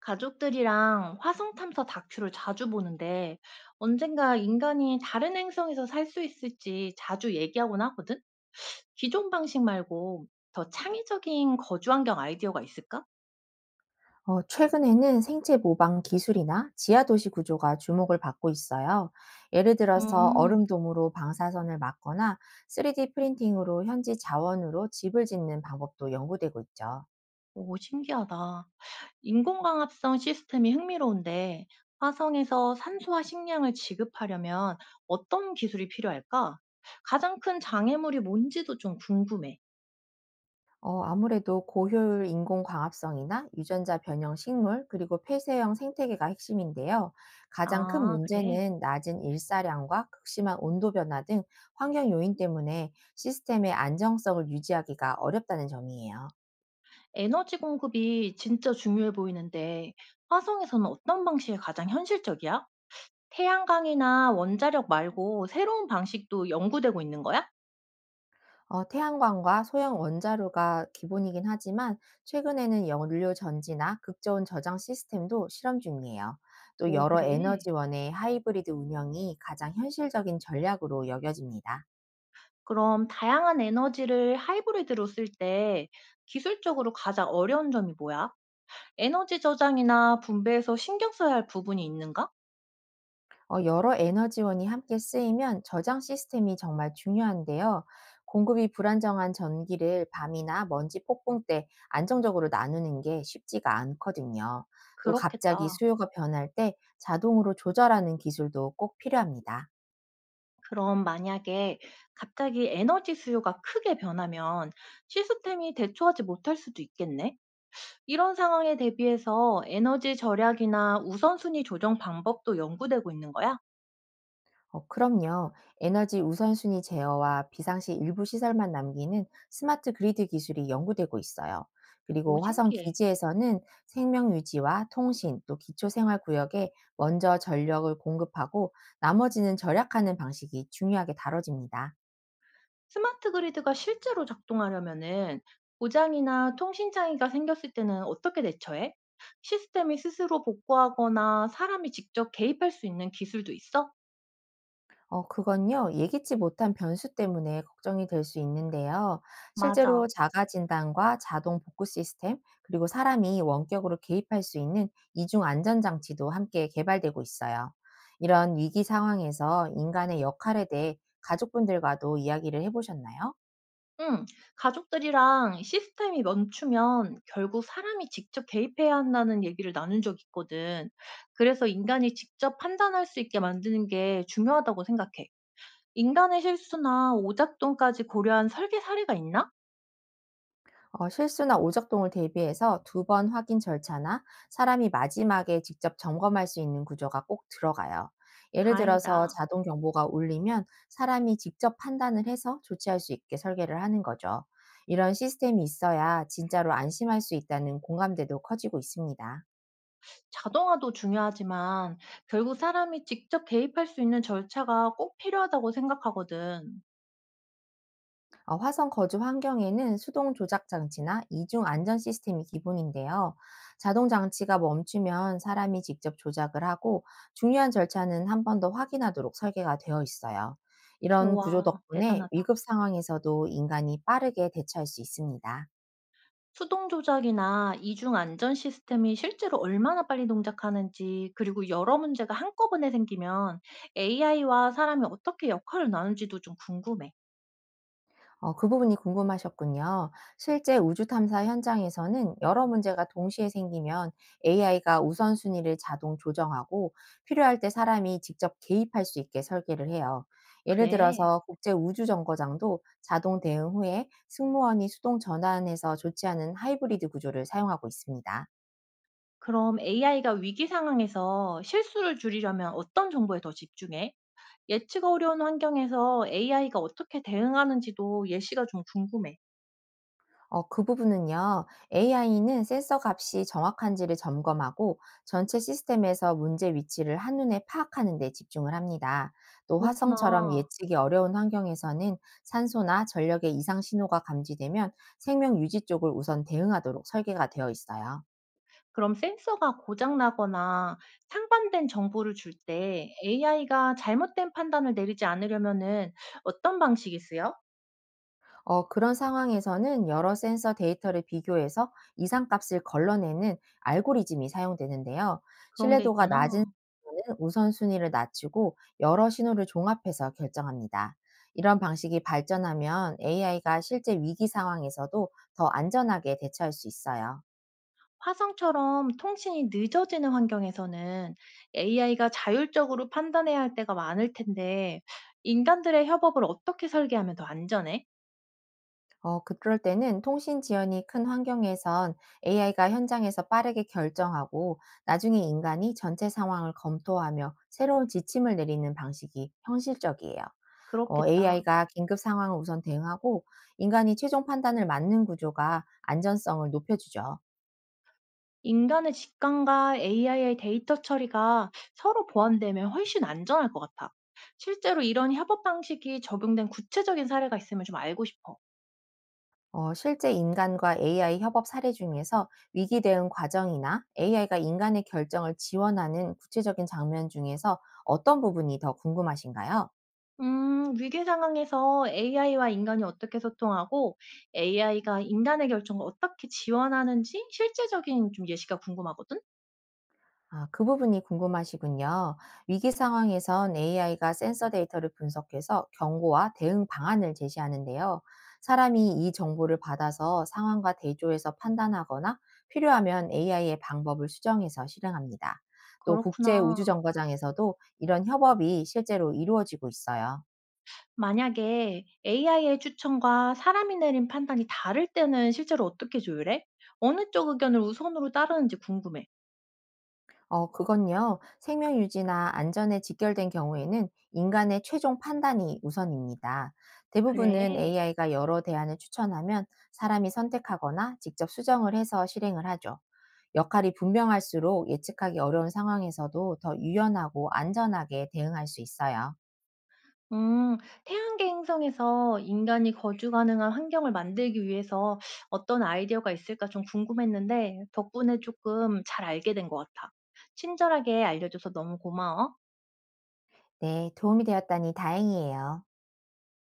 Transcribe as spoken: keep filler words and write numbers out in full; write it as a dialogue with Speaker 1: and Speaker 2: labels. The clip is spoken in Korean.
Speaker 1: 가족들이랑 화성 탐사 다큐를 자주 보는데 언젠가 인간이 다른 행성에서 살 수 있을지 자주 얘기하곤 하거든? 기존 방식 말고 더 창의적인 거주 환경 아이디어가 있을까?
Speaker 2: 어, 최근에는 생체 모방 기술이나 지하도시 구조가 주목을 받고 있어요. 예를 들어서
Speaker 1: 음,
Speaker 2: 얼음돔으로 방사선을 막거나 쓰리디 프린팅으로 현지 자원으로 집을 짓는 방법도 연구되고 있죠.
Speaker 1: 오, 신기하다. 인공광합성 시스템이 흥미로운데 화성에서 산소와 식량을 지급하려면 어떤 기술이 필요할까? 가장 큰 장애물이 뭔지도 좀 궁금해.
Speaker 2: 어, 아무래도 고효율 인공 광합성이나 유전자 변형 식물, 그리고 폐쇄형 생태계가 핵심인데요. 가장 큰
Speaker 1: 아, 그래.
Speaker 2: 문제는 낮은 일사량과 극심한 온도 변화 등 환경 요인 때문에 시스템의 안정성을 유지하기가 어렵다는 점이에요.
Speaker 1: 에너지 공급이 진짜 중요해 보이는데, 화성에서는 어떤 방식이 가장 현실적이야? 태양광이나 원자력 말고 새로운 방식도 연구되고 있는 거야?
Speaker 2: 어, 태양광과 소형 원자로가 기본이긴 하지만 최근에는 연료 전지나 극저온 저장 시스템도 실험 중이에요. 또
Speaker 1: 오,
Speaker 2: 여러
Speaker 1: 그래.
Speaker 2: 에너지원의 하이브리드 운영이 가장 현실적인 전략으로 여겨집니다.
Speaker 1: 그럼 다양한 에너지를 하이브리드로 쓸 때 기술적으로 가장 어려운 점이 뭐야? 에너지 저장이나 분배에서 신경 써야 할 부분이 있는가?
Speaker 2: 어, 여러 에너지원이 함께 쓰이면 저장 시스템이 정말 중요한데요. 공급이 불안정한 전기를 밤이나 먼지 폭풍 때 안정적으로 나누는 게 쉽지가 않거든요. 또 갑자기
Speaker 1: 그렇겠다.
Speaker 2: 수요가 변할 때 자동으로 조절하는 기술도 꼭 필요합니다.
Speaker 1: 그럼 만약에 갑자기 에너지 수요가 크게 변하면 시스템이 대처하지 못할 수도 있겠네? 이런 상황에 대비해서 에너지 절약이나 우선순위 조정 방법도 연구되고 있는 거야?
Speaker 2: 어, 그럼요. 에너지 우선순위 제어와 비상시 일부 시설만 남기는 스마트 그리드 기술이 연구되고 있어요.
Speaker 1: 오,
Speaker 2: 그리고 화성
Speaker 1: 신기해.
Speaker 2: 기지에서는 생명 유지와 통신, 또 기초 생활 구역에 먼저 전력을 공급하고 나머지는 절약하는 방식이 중요하게 다뤄집니다.
Speaker 1: 스마트 그리드가 실제로 작동하려면은 고장이나 통신 장애가 생겼을 때는 어떻게 대처해? 시스템이 스스로 복구하거나 사람이 직접 개입할 수 있는 기술도 있어?
Speaker 2: 어, 그건요, 예기치 못한 변수 때문에 걱정이 될 수 있는데요. 실제로
Speaker 1: 맞아.
Speaker 2: 자가 진단과 자동 복구 시스템, 그리고 사람이 원격으로 개입할 수 있는 이중 안전장치도 함께 개발되고 있어요. 이런 위기 상황에서 인간의 역할에 대해 가족분들과도 이야기를 해보셨나요?
Speaker 1: 음, 가족들이랑 시스템이 멈추면 결국 사람이 직접 개입해야 한다는 얘기를 나눈 적 있거든. 그래서 인간이 직접 판단할 수 있게 만드는 게 중요하다고 생각해. 인간의 실수나 오작동까지 고려한 설계 사례가 있나?
Speaker 2: 어, 실수나 오작동을 대비해서 두 번 확인 절차나 사람이 마지막에 직접 점검할 수 있는 구조가 꼭 들어가요. 예를 들어서
Speaker 1: 다행이다.
Speaker 2: 자동 경보가 울리면 사람이 직접 판단을 해서 조치할 수 있게 설계를 하는 거죠. 이런 시스템이 있어야 진짜로 안심할 수 있다는 공감대도 커지고 있습니다.
Speaker 1: 자동화도 중요하지만 결국 사람이 직접 개입할 수 있는 절차가 꼭 필요하다고 생각하거든.
Speaker 2: 어, 화성 거주 환경에는 수동 조작 장치나 이중 안전 시스템이 기본인데요. 자동 장치가 멈추면 사람이 직접 조작을 하고 중요한 절차는 한 번 더 확인하도록 설계가 되어 있어요. 이런 구조
Speaker 1: 와,
Speaker 2: 덕분에
Speaker 1: 대단하다.
Speaker 2: 위급 상황에서도 인간이 빠르게 대처할 수 있습니다.
Speaker 1: 수동 조작이나 이중 안전 시스템이 실제로 얼마나 빨리 동작하는지, 그리고 여러 문제가 한꺼번에 생기면 에이아이와 사람이 어떻게 역할을 나누지도 좀 궁금해.
Speaker 2: 어, 그 부분이 궁금하셨군요. 실제 우주 탐사 현장에서는 여러 문제가 동시에 생기면 에이아이가 우선순위를 자동 조정하고 필요할 때 사람이 직접 개입할 수 있게 설계를 해요. 예를
Speaker 1: 그래.
Speaker 2: 들어서 국제 우주 정거장도 자동 대응 후에 승무원이 수동 전환해서 조치하는 하이브리드 구조를 사용하고 있습니다.
Speaker 1: 그럼 에이아이가 위기 상황에서 실수를 줄이려면 어떤 정보에 더 집중해? 예측 어려운 환경에서 에이아이가 어떻게 대응하는지도 예시가 좀 궁금해.
Speaker 2: 어, 그 부분은요, 에이아이는 센서 값이 정확한지를 점검하고 전체 시스템에서 문제 위치를 한눈에 파악하는 데 집중을 합니다. 또 화성처럼
Speaker 1: 그렇구나.
Speaker 2: 예측이 어려운 환경에서는 산소나 전력의 이상 신호가 감지되면 생명 유지 쪽을 우선 대응하도록 설계가 되어 있어요.
Speaker 1: 그럼 센서가 고장 나거나 상반된 정보를 줄 때 에이아이가 잘못된 판단을 내리지 않으려면은 어떤 방식이 쓰여?
Speaker 2: 어, 그런 상황에서는 여러 센서 데이터를 비교해서 이상값을 걸러내는 알고리즘이 사용되는데요.
Speaker 1: 그런 게
Speaker 2: 신뢰도가
Speaker 1: 있구나.
Speaker 2: 낮은 센서는 우선순위를 낮추고 여러 신호를 종합해서 결정합니다. 이런 방식이 발전하면 에이아이가 실제 위기 상황에서도 더 안전하게 대처할 수 있어요.
Speaker 1: 화성처럼 통신이 늦어지는 환경에서는 에이아이가 자율적으로 판단해야 할 때가 많을 텐데 인간들의 협업을 어떻게 설계하면 더 안전해?
Speaker 2: 어, 그럴 때는 통신 지연이 큰 환경에선 에이아이가 현장에서 빠르게 결정하고 나중에 인간이 전체 상황을 검토하며 새로운 지침을 내리는 방식이 현실적이에요.
Speaker 1: 그렇겠다.
Speaker 2: 에이아이가 긴급 상황을 우선 대응하고 인간이 최종 판단을 맡는 구조가 안전성을 높여주죠.
Speaker 1: 인간의 직감과 에이아이의 데이터 처리가 서로 보완되면 훨씬 안전할 것 같아. 실제로 이런 협업 방식이 적용된 구체적인 사례가 있으면 좀 알고 싶어.
Speaker 2: 어, 실제 인간과 에이아이 협업 사례 중에서 위기 대응 과정이나 에이아이가 인간의 결정을 지원하는 구체적인 장면 중에서 어떤 부분이 더 궁금하신가요?
Speaker 1: 음, 위기 상황에서 에이아이와 인간이 어떻게 소통하고 에이아이가 인간의 결정을 어떻게 지원하는지 실제적인 좀 예시가 궁금하거든?
Speaker 2: 아, 그 부분이 궁금하시군요. 위기 상황에선 에이아이가 센서 데이터를 분석해서 경고와 대응 방안을 제시하는데요. 사람이 이 정보를 받아서 상황과 대조해서 판단하거나 필요하면 에이아이의 방법을 수정해서 실행합니다. 또 국제
Speaker 1: 그렇구나.
Speaker 2: 우주정거장에서도 이런 협업이 실제로 이루어지고 있어요.
Speaker 1: 만약에 에이아이의 추천과 사람이 내린 판단이 다를 때는 실제로 어떻게 조율해? 어느 쪽 의견을 우선으로 따르는지 궁금해.
Speaker 2: 어, 그건요. 생명 유지나 안전에 직결된 경우에는 인간의 최종 판단이 우선입니다. 대부분은
Speaker 1: 그래.
Speaker 2: 에이아이가 여러 대안을 추천하면 사람이 선택하거나 직접 수정을 해서 실행을 하죠. 역할이 분명할수록 예측하기 어려운 상황에서도 더 유연하고 안전하게 대응할 수 있어요.
Speaker 1: 음. 태양계 행성에서 인간이 거주 가능한 환경을 만들기 위해서 어떤 아이디어가 있을까 좀 궁금했는데 덕분에 조금 잘 알게 된 것 같아. 친절하게 알려줘서 너무 고마워.
Speaker 2: 네, 도움이 되었다니 다행이에요.